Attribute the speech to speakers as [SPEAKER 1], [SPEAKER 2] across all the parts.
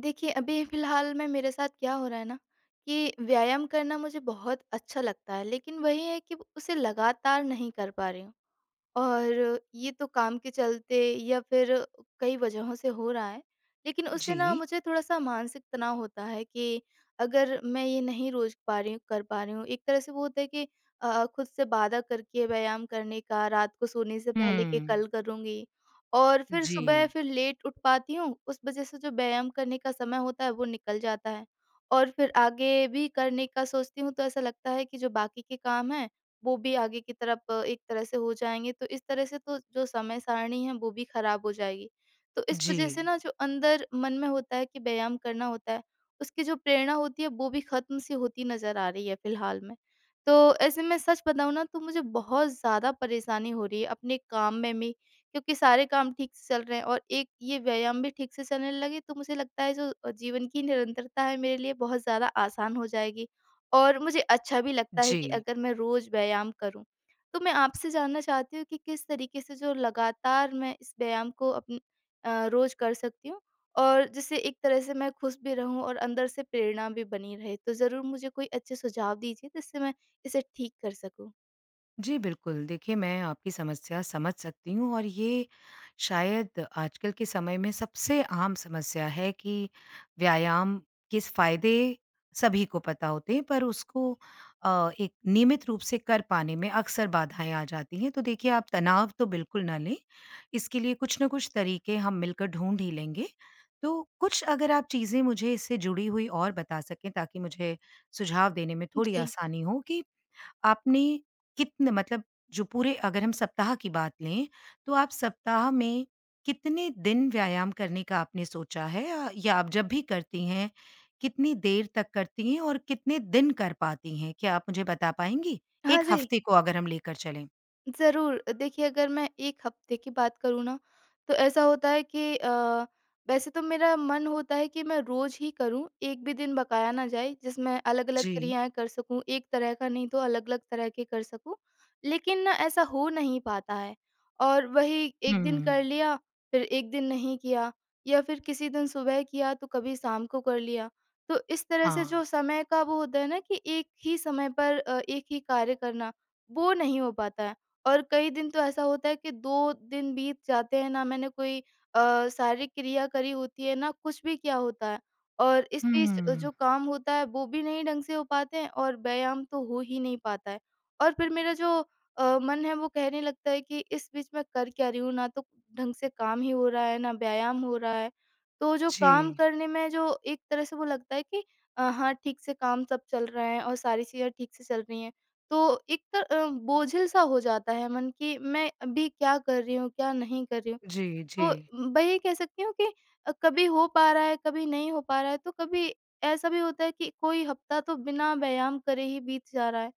[SPEAKER 1] देखिए, अभी फ़िलहाल में मेरे साथ क्या हो रहा है ना कि व्यायाम करना मुझे बहुत अच्छा लगता है, लेकिन वही है कि उसे लगातार नहीं कर पा रही हूँ। और ये तो काम के चलते या फिर कई वजहों से हो रहा है। लेकिन उससे ना
[SPEAKER 2] जी।
[SPEAKER 1] मुझे थोड़ा-सा मानसिक तनाव होता है कि अगर मैं ये नहीं रोज़ पा रही हूँ कर पा रही हूँ, एक तरह से वो होता है कि खुद से वादा करके व्यायाम करने का, रात को सोने से पहले कि
[SPEAKER 2] हुँ।
[SPEAKER 1] कल करूँगी और फिर
[SPEAKER 2] जी,
[SPEAKER 1] सुबह फिर लेट उठ पाती हूँ, उस वजह से जो व्यायाम करने का समय होता है वो निकल जाता है। और फिर आगे भी करने का सोचती हूँ तो ऐसा लगता है कि जो बाकी के काम हैं वो भी आगे की तरफ एक तरह से हो जाएँगे, तो इस तरह से तो जो समय सारणी है वो भी खराब हो जाएगी। तो इस वजह से
[SPEAKER 2] जी,
[SPEAKER 1] ना जो अंदर मन में होता है कि व्यायाम करना होता है, उसकी जो प्रेरणा होती है वो भी ख़त्म सी होती नज़र आ रही है फ़िलहाल में। तो ऐसे में सच बताऊँ ना तो मुझे बहुत ज़्यादा परेशानी हो रही है अपने काम में भी, क्योंकि सारे काम ठीक से चल रहे हैं और एक ये व्यायाम भी ठीक से चलने लगे तो मुझे लगता है जो जीवन की निरंतरता है मेरे लिए बहुत ज़्यादा आसान हो जाएगी। और मुझे अच्छा भी लगता है
[SPEAKER 2] जी।
[SPEAKER 1] कि अगर मैं रोज़ व्यायाम करूँ। तो मैं आपसे जानना चाहती हूँ कि किस तरीके से जो लगातार मैं इस व्यायाम को रोज़ कर सकती हूँ और जिससे एक तरह से मैं खुश भी रहूँ और अंदर से प्रेरणा भी बनी रहे। तो ज़रूर मुझे कोई अच्छे सुझाव दीजिए जिससे मैं इसे ठीक कर सकूँ।
[SPEAKER 2] जी, बिल्कुल। देखिए, मैं आपकी समस्या समझ सकती हूँ और ये शायद आजकल के समय में सबसे आम समस्या है कि व्यायाम के फ़ायदे सभी को पता होते हैं, पर उसको एक नियमित रूप से कर पाने में अक्सर बाधाएँ आ जाती हैं। तो देखिए, आप तनाव तो बिल्कुल ना लें, इसके लिए कुछ ना कुछ तरीके हम मिलकर ढूँढ ही लेंगे। तो कुछ अगर आप चीज़ें मुझे इससे जुड़ी हुई और बता सकें ताकि मुझे सुझाव देने में थोड़ी
[SPEAKER 1] जी।
[SPEAKER 2] आसानी हो कि आपने कितने मतलब जो पूरे अगर हम सप्ताह की बात लें, तो आप सप्ताह में कितने दिन व्यायाम करने का आपने सोचा है? या आप जब भी करती हैं, कितनी देर तक करती हैं और कितने दिन कर पाती हैं? क्या आप मुझे बता पाएँगी?
[SPEAKER 1] हाँ
[SPEAKER 2] 1
[SPEAKER 1] जी।
[SPEAKER 2] हफ्ते को अगर हम लेकर चलें।
[SPEAKER 1] ज़रूर। देखिए, अगर मैं 1 हफ़्ते की बात करूँ ना, तो ऐसा होता है कि वैसे तो मेरा मन होता है कि मैं रोज़ ही करूँ, एक भी दिन बकाया ना जाए, जिसमें अलग-अलग
[SPEAKER 2] जी।
[SPEAKER 1] क्रियाएँ कर सकूँ, एक तरह का नहीं तो अलग-अलग तरह के कर सकूँ। लेकिन ना ऐसा हो नहीं पाता है, और वही
[SPEAKER 2] हुँ।
[SPEAKER 1] 1 दिन कर लिया, फिर 1 दिन नहीं किया, या फिर किसी दिन सुबह किया तो कभी शाम को कर लिया। तो इस तरह से जो
[SPEAKER 2] हाँ।
[SPEAKER 1] समय का वो होता है ना कि एक ही समय पर एक ही कार्य करना, वो नहीं हो पाता है। और कई दिन तो ऐसा होता है कि 2 दिन बीत जाते हैं, ना मैंने कोई शारीरिक क्रिया करी होती है, ना कुछ भी किया होता है। और इस बीच जो
[SPEAKER 2] हुँ।
[SPEAKER 1] काम होता है वो भी नहीं ढंग से हो पाते हैं और व्यायाम तो हो ही नहीं पाता है। और फिर मेरा जो मन है वो कहने लगता है कि इस बीच मैं कर क्या रही हूँ? ना तो ढंग से काम ही हो रहा है, ना व्यायाम हो रहा है। तो जो काम
[SPEAKER 2] जी,
[SPEAKER 1] करने में जो एक तरह से वो लगता है कि हाँ, ठीक से काम सब चल रहा है और सारी चीज़ें ठीक से चल रही हैं। तो बोझिल-सा हो जाता है मन कि मैं अभी क्या कर रही हूँ, क्या नहीं कर रही हूँ।
[SPEAKER 2] जी, जी।
[SPEAKER 1] तो वही कह सकती हूँ कि कभी हो पा रहा है, कभी नहीं हो पा रहा है, तो कभी ऐसा भी होता है कि कोई हफ्ता तो बिना व्यायाम करे ही बीत जा रहा है।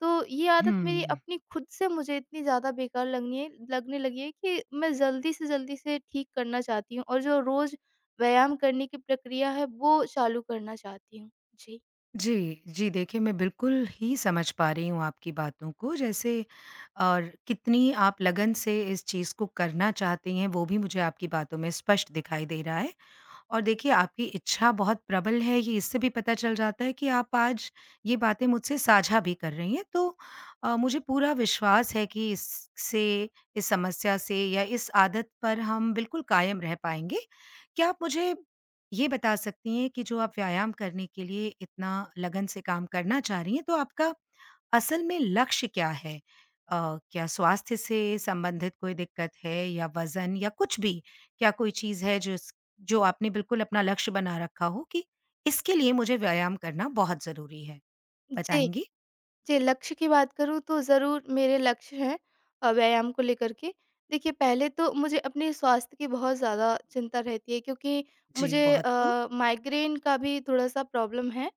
[SPEAKER 1] तो ये आदत मेरी
[SPEAKER 2] हुँ।
[SPEAKER 1] अपनी खुद से मुझे इतनी ज़्यादा बेकार लगनी है लगने लगी है कि मैं जल्दी से ठीक करना चाहती हूँ और जो रोज़ व्यायाम करने की प्रक्रिया है, वो चालू करना चाहती हूँ। जी।
[SPEAKER 2] जी, जी। देखिए, मैं बिल्कुल ही समझ पा रही हूँ आपकी बातों को जैसे और कितनी आप लगन से इस चीज़ को करना चाहती हैं, वो भी मुझे आपकी बातों में स्पष्ट दिखाई दे रहा है। और देखिए आपकी इच्छा बहुत प्रबल है, ये इससे भी पता चल जाता है कि आप आज ये बातें मुझसे साझा भी कर रही हैं। तो मुझे पूरा विश्वास है कि इससे इस समस्या से या इस आदत पर हम बिल्कुल कायम रह पाएँगे। क्या आप मुझे ये बता सकती हैं कि जो आप व्यायाम करने के लिए इतना लगन से काम करना चाह रही हैं, तो आपका असल में लक्ष्य क्या है? क्या स्वास्थ्य से संबंधित कोई दिक्कत है या वज़न या कुछ भी? क्या कोई चीज़ है जिस जो आपने बिल्कुल अपना लक्ष्य बना रखा हो कि इसके लिए मुझे व्यायाम करना बहुत ज़रूरी है?
[SPEAKER 1] जी।
[SPEAKER 2] बताएँगी?
[SPEAKER 1] जी, लक्ष्य की बात करूँ तो ज़रूर मेरे लक्ष्य हैं व्यायाम को लेकर के। देखिए, पहले तो मुझे अपने स्वास्थ्य की बहुत ज़्यादा चिंता रहती है, क्योंकि
[SPEAKER 2] जी,
[SPEAKER 1] मुझे
[SPEAKER 2] बहुत खूब।
[SPEAKER 1] माइग्रेन का भी थोड़ा-सा प्रॉब्लम है,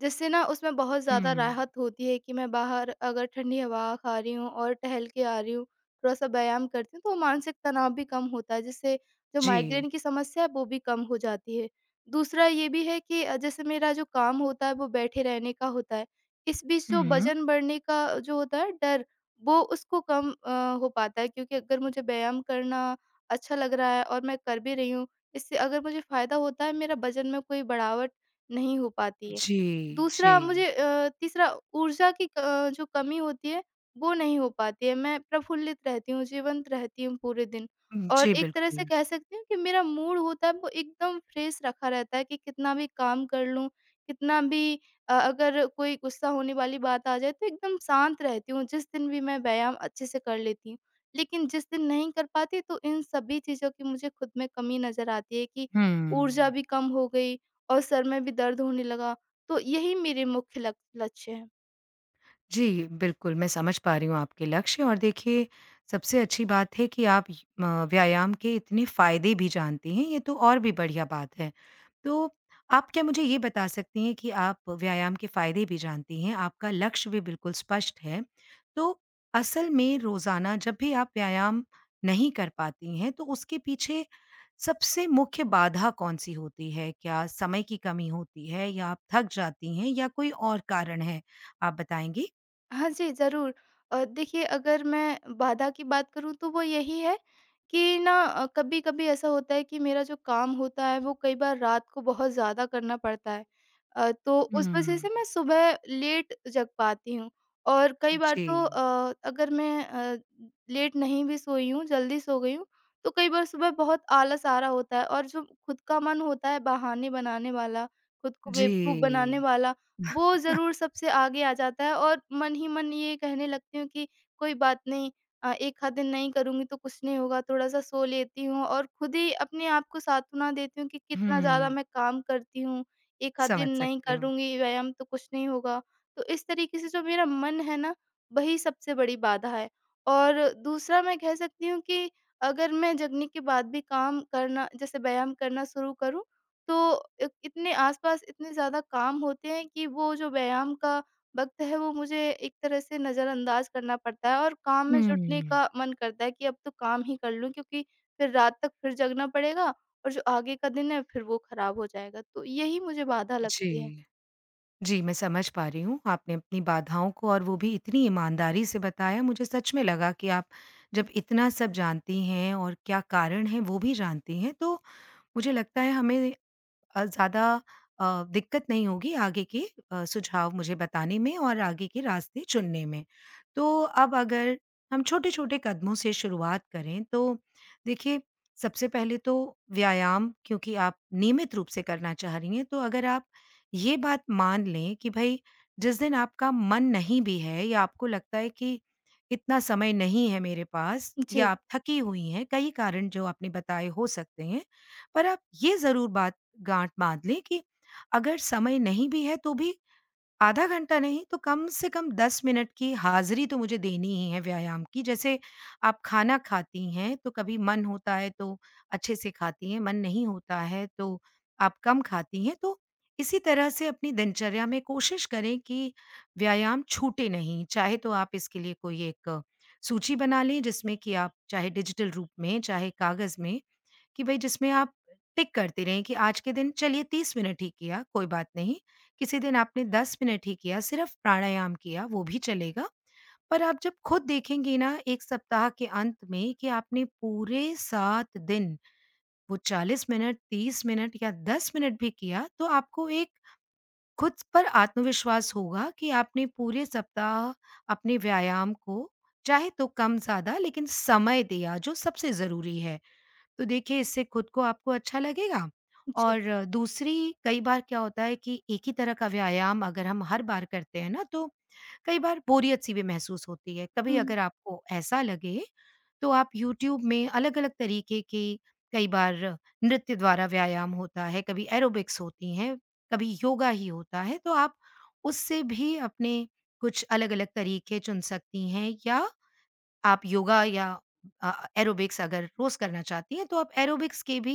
[SPEAKER 1] जिससे ना उसमें बहुत ज़्यादा
[SPEAKER 2] हुँ।
[SPEAKER 1] राहत होती है कि मैं बाहर अगर ठंडी हवा खा रही हूँ और टहल के आ रही हूँ, थोड़ा-सा व्यायाम करती हूँ, तो मानसिक तनाव भी कम होता है, जिससे जो
[SPEAKER 2] जी।
[SPEAKER 1] माइग्रेन की समस्या है वो भी कम हो जाती है। दूसरा ये भी है कि जैसे मेरा जो काम होता है वो बैठे रहने का होता है। इस बीच जो
[SPEAKER 2] हुँ।
[SPEAKER 1] वज़न बढ़ने का जो होता है डर, वो उसको कम हो पाता है, क्योंकि अगर मुझे व्यायाम करना अच्छा लग रहा है और मैं कर भी रही हूँ, इससे अगर मुझे फ़ायदा होता है, मेरा वज़न में कोई बढ़ावट नहीं हो पाती है।
[SPEAKER 2] जी, जी।
[SPEAKER 1] तीसरा, ऊर्जा की जो कमी होती है वो नहीं हो पाती है, मैं प्रफुल्लित रहती हूँ, जीवंत रहती हूँ पूरे दिन, और
[SPEAKER 2] जी,
[SPEAKER 1] एक तरह से
[SPEAKER 2] बिल्कुल।
[SPEAKER 1] कह सकती हूँ कि मेरा मूड होता है वो एकदम फ्रेश रखा रहता है, कि कितना भी काम कर लूँ, कितना भी अगर कोई गुस्सा होने वाली बात आ जाए तो एकदम शांत रहती हूँ, जिस दिन भी मैं व्यायाम अच्छे से कर लेती हूँ। लेकिन जिस दिन नहीं कर पाती, तो इन सभी चीज़ों की मुझे खुद में कमी नज़र आती है कि ऊर्जा
[SPEAKER 2] हुँ।
[SPEAKER 1] भी कम हो गई और सर में भी दर्द होने लगा। तो यही मेरे मुख्य लक लक्ष्य हैं।
[SPEAKER 2] जी, बिल्कुल, मैं समझ पा रही हूँ आपके लक्ष्य और देखिए, सबसे अच्छी बात है कि आप व्यायाम के इतने फ़ायदे भी जानती हैं, ये तो और भी बढ़िया बात है। तो आप क्या मुझे ये बता सकती हैं कि आप व्यायाम के फ़ायदे भी जानती हैं, आपका लक्ष्य भी बिल्कुल स्पष्ट है। तो असल में रोज़ाना जब भी आप व्यायाम नहीं कर पाती हैं, तो उसके पीछे सबसे मुख्य बाधा कौन-सी होती है? क्या समय की कमी होती है या आप थक जाती हैं या कोई और कारण है? आप बताएँगी?
[SPEAKER 1] हाँ जी, ज़रूर। देखिए, अगर मैं बाधा की बात करूँ तो वो यही है कि ना, कभी-कभी ऐसा होता है कि मेरा जो काम होता है वो कई बार रात को बहुत ज़्यादा करना पड़ता है। तो उस वज़ह
[SPEAKER 2] हुँ,
[SPEAKER 1] से मैं सुबह लेट जग पाती हूँ, और कई बार तो
[SPEAKER 2] जी,
[SPEAKER 1] अगर मैं लेट नहीं भी सोई हूँ, जल्दी सो गई हूँ, तो कई बार सुबह बहुत आलस आ रहा होता है, और जो खुद का मन होता है बहाने बनाने वाला, खुद को
[SPEAKER 2] जी।
[SPEAKER 1] बेवकूफ़ बनाने वाला, वो ज़रूर सबसे आगे आ जाता है और मन ही मन ये कहने लगती हूँ कि कोई बात नहीं, एक आध दिन नहीं करूँगी तो कुछ नहीं होगा, थोड़ा-सा सो लेती हूँ और खुद ही अपने आप को सांत्वना देती हूँ कि कितना ज़्यादा
[SPEAKER 2] हुँ,
[SPEAKER 1] मैं काम करती हूँ, एक आध दिन
[SPEAKER 2] समझ
[SPEAKER 1] नहीं
[SPEAKER 2] सकती हूँ।
[SPEAKER 1] करूँगी व्यायाम तो कुछ नहीं होगा। तो इस तरीके से जो मेरा मन है ना, वही सबसे बड़ी बाधा है। और दूसरा मैं कह सकती हूँ कि अगर मैं जगने के बाद भी काम करना, जैसे व्यायाम करना शुरू करूँ, तो इत इतने आस-पास इतने ज़्यादा काम होते हैं कि वो जो व्यायाम का वक़्त है वो मुझे एक तरह से नज़रअंदाज़ करना पड़ता है और काम में जुटने
[SPEAKER 2] हुँ,
[SPEAKER 1] का मन करता है कि अब तो काम ही कर लूँ, क्योंकि फिर रात तक फिर जगना पड़ेगा और जो आगे का दिन है फिर वो ख़राब हो जाएगा। तो यही मुझे बाधा लगती है।
[SPEAKER 2] जी। जी, मैं समझ पा रही हूँ, आपने अपनी बाधाओं को और वो भी इतनी ईमानदारी से बताया, मुझे सच में लगा कि आप जब इतना सब जानती हैं और क्या कारण है वो भी जानती हैं, तो मुझे लगता है हमें ज़्यादा अ, दिक्कत नहीं होगी आगे के सुझाव मुझे बताने में और आगे के रास्ते चुनने में। तो अब अगर हम छोटे-छोटे कदमों से शुरुआत करें तो देखिए, सबसे पहले तो व्यायाम, क्योंकि आप नियमित रूप से करना चाह रही हैं, तो अगर आप ये बात मान लें कि भई जिस दिन आपका मन नहीं भी है या आपको लगता है कि इतना समय नहीं है मेरे पास या
[SPEAKER 1] जी,
[SPEAKER 2] आप थकी हुई हैं, कई कारण जो आपने बताए हो सकते हैं। पर आप ये ज़रूर बात गाँठ बाँध लें कि अगर समय नहीं भी है तो भी आधा घंटा नहीं तो कम से कम 10 मिनट की हाज़िरी तो मुझे देनी ही है व्यायाम की। जैसे आप खाना खाती हैं तो कभी मन होता है तो अच्छे से खाती हैं, मन नहीं होता है तो आप कम खाती हैं। तो इसी तरह से अपनी दिनचर्या में कोशिश करें कि व्यायाम छूटे नहीं। चाहे तो आप इसके लिए कोई एक सूची बना लें जिसमें कि आप चाहे डिजिटल रूप में, चाहे कागज़ में, कि भई जिसमें आप टिक करते रहें कि आज के दिन चलिए 30 मिनट ही किया, कोई बात नहीं। किसी दिन आपने 10 मिनट ही किया, सिर्फ़ प्राणायाम किया, वो भी चलेगा। पर आप जब खुद देखेंगे ना 1 सप्ताह के अंत में कि आपने पूरे 7 दिन वो 40 मिनट, 30 मिनट या 10 मिनट भी किया, तो आपको एक खुद पर आत्मविश्वास होगा कि आपने पूरे सप्ताह अपने व्यायाम को, चाहे तो कम-ज़्यादा, लेकिन समय दिया, जो सबसे ज़रूरी है। तो देखिए, इससे खुद को आपको अच्छा लगेगा
[SPEAKER 1] जी।
[SPEAKER 2] और दूसरी कई बार क्या होता है कि एक ही तरह का व्यायाम अगर हम हर बार करते हैं ना तो कई बार बोरियत सी भी महसूस होती है, कभी
[SPEAKER 1] हुँ,
[SPEAKER 2] अगर आपको ऐसा लगे तो आप यूट्यूब में अलग अलग तरीके के कई बार नृत्य द्वारा व्यायाम होता है, कभी एरोबिक्स होती हैं, कभी योगा ही होता है, तो आप उससे भी अपने कुछ अलग अलग तरीके चुन सकती हैं या आप योगा या अ, एरोबिक्स अगर रोज़ करना चाहती हैं, तो आप एरोबिक्स के भी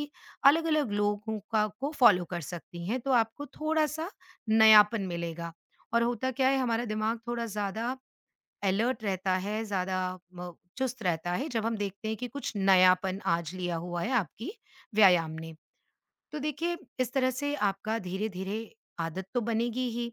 [SPEAKER 2] अलग-अलग लोगों का को फ़ॉलो कर सकती हैं, तो आपको थोड़ा-सा नयापन मिलेगा। और होता क्या है, हमारा दिमाग थोड़ा ज़्यादा अलर्ट रहता है, ज़्यादा म चुस्त रहता है, जब हम देखते हैं कि कुछ नयापन आज लिया हुआ है आपकी व्यायाम ने। तो देखिए, इस तरह से आपका धीरे-धीरे आदत तो बनेगी ही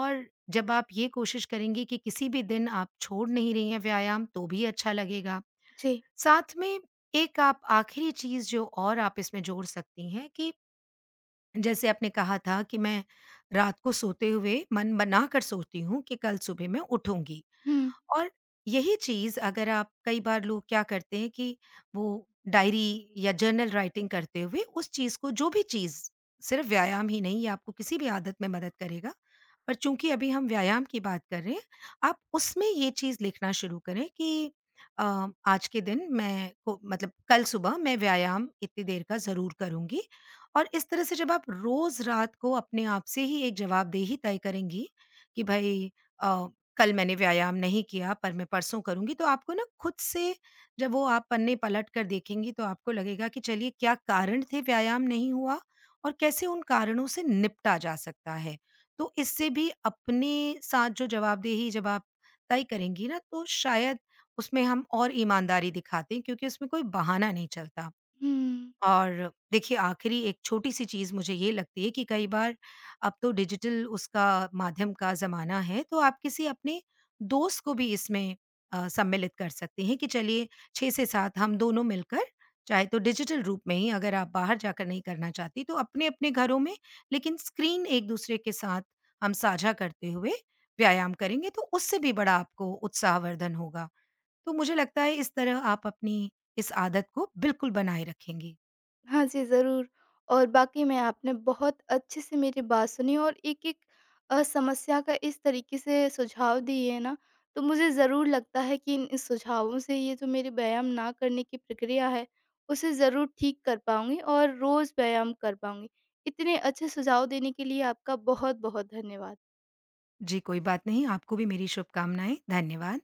[SPEAKER 2] और जब आप ये कोशिश करेंगी कि किसी भी दिन आप छोड़ नहीं रही हैं व्यायाम, तो भी अच्छा लगेगा।
[SPEAKER 1] जी।
[SPEAKER 2] साथ में एक आप आखिरी चीज़ जो और आप इसमें जोड़ सकती हैं कि जैसे आपने कहा था कि मैं रात को सोते हुए मन बना कर सोती हूँ कि कल सुबह मैं उठूँगी।
[SPEAKER 1] हुँ,
[SPEAKER 2] और यही चीज़ अगर आप कई बार लोग क्या करते हैं कि वो डायरी या जर्नल राइटिंग करते हुए उस चीज़ को, जो भी चीज़, सिर्फ व्यायाम ही नहीं, ये आपको किसी भी आदत में मदद करेगा। पर चूँकि अभी हम व्यायाम की बात कर रहे हैं, आप उसमें ये चीज़ लिखना शुरू करें कि आज के दिन मैं को मतलब कल सुबह मैं व्यायाम इतनी देर का ज़रूर करूँगी। और इस तरह से जब आप रोज़ रात को अपने आप से ही एक जवाबदेही तय करेंगी कि भई अ, कल मैंने व्यायाम नहीं किया पर मैं परसों करूँगी, तो आपको ना खुद से जब वो आप पन्ने पलट कर देखेंगी तो आपको लगेगा कि चलिए क्या कारण थे व्यायाम नहीं हुआ और कैसे उन कारणों से निपटा जा सकता है। तो इससे भी अपने साथ जो जवाबदेही जब आप तय करेंगी ना तो शायद उसमें हम और ईमानदारी दिखाते हैं, क्योंकि उसमें कोई बहाना नहीं चलता।
[SPEAKER 1] हुँ।
[SPEAKER 2] और देखिए, आखिरी एक छोटी-सी चीज़ मुझे ये लगती है कि कई बार अब तो डिजिटल उसका माध्यम का ज़माना है, तो आप किसी अपने दोस्त को भी इसमें सम्मिलित कर सकती हैं कि चलिए 6 से 7 हम दोनों मिलकर, चाहे तो डिजिटल रूप में ही, अगर आप बाहर जाकर नहीं करना चाहती तो अपने-अपने घरों में, लेकिन स्क्रीन एक-दूसरे के साथ हम साझा करते हुए व्यायाम करेंगे तो उससे भी बड़ा आपको उत्साहवर्धन होगा। तो मुझे लगता है इस तरह आप अपनी इस आदत को बिल्कुल बनाए रखेंगी।
[SPEAKER 1] हाँ जी, ज़रूर। और वाक़ई में आपने बहुत अच्छे से मेरी बात सुनी और एक-एक समस्या का इस तरीके से सुझाव दिए हैं ना, तो मुझे ज़रूर लगता है कि इन सुझावों से ये जो मेरी व्यायाम ना करने की प्रक्रिया है, उसे ज़रूर ठीक कर पाऊँगी और रोज़ व्यायाम कर पाऊँगी। इतने अच्छे सुझाव देने के लिए आपका बहुत-बहुत धन्यवाद।
[SPEAKER 2] जी, कोई बात नहीं। आपको भी मेरी शुभकामनाएँ। धन्यवाद।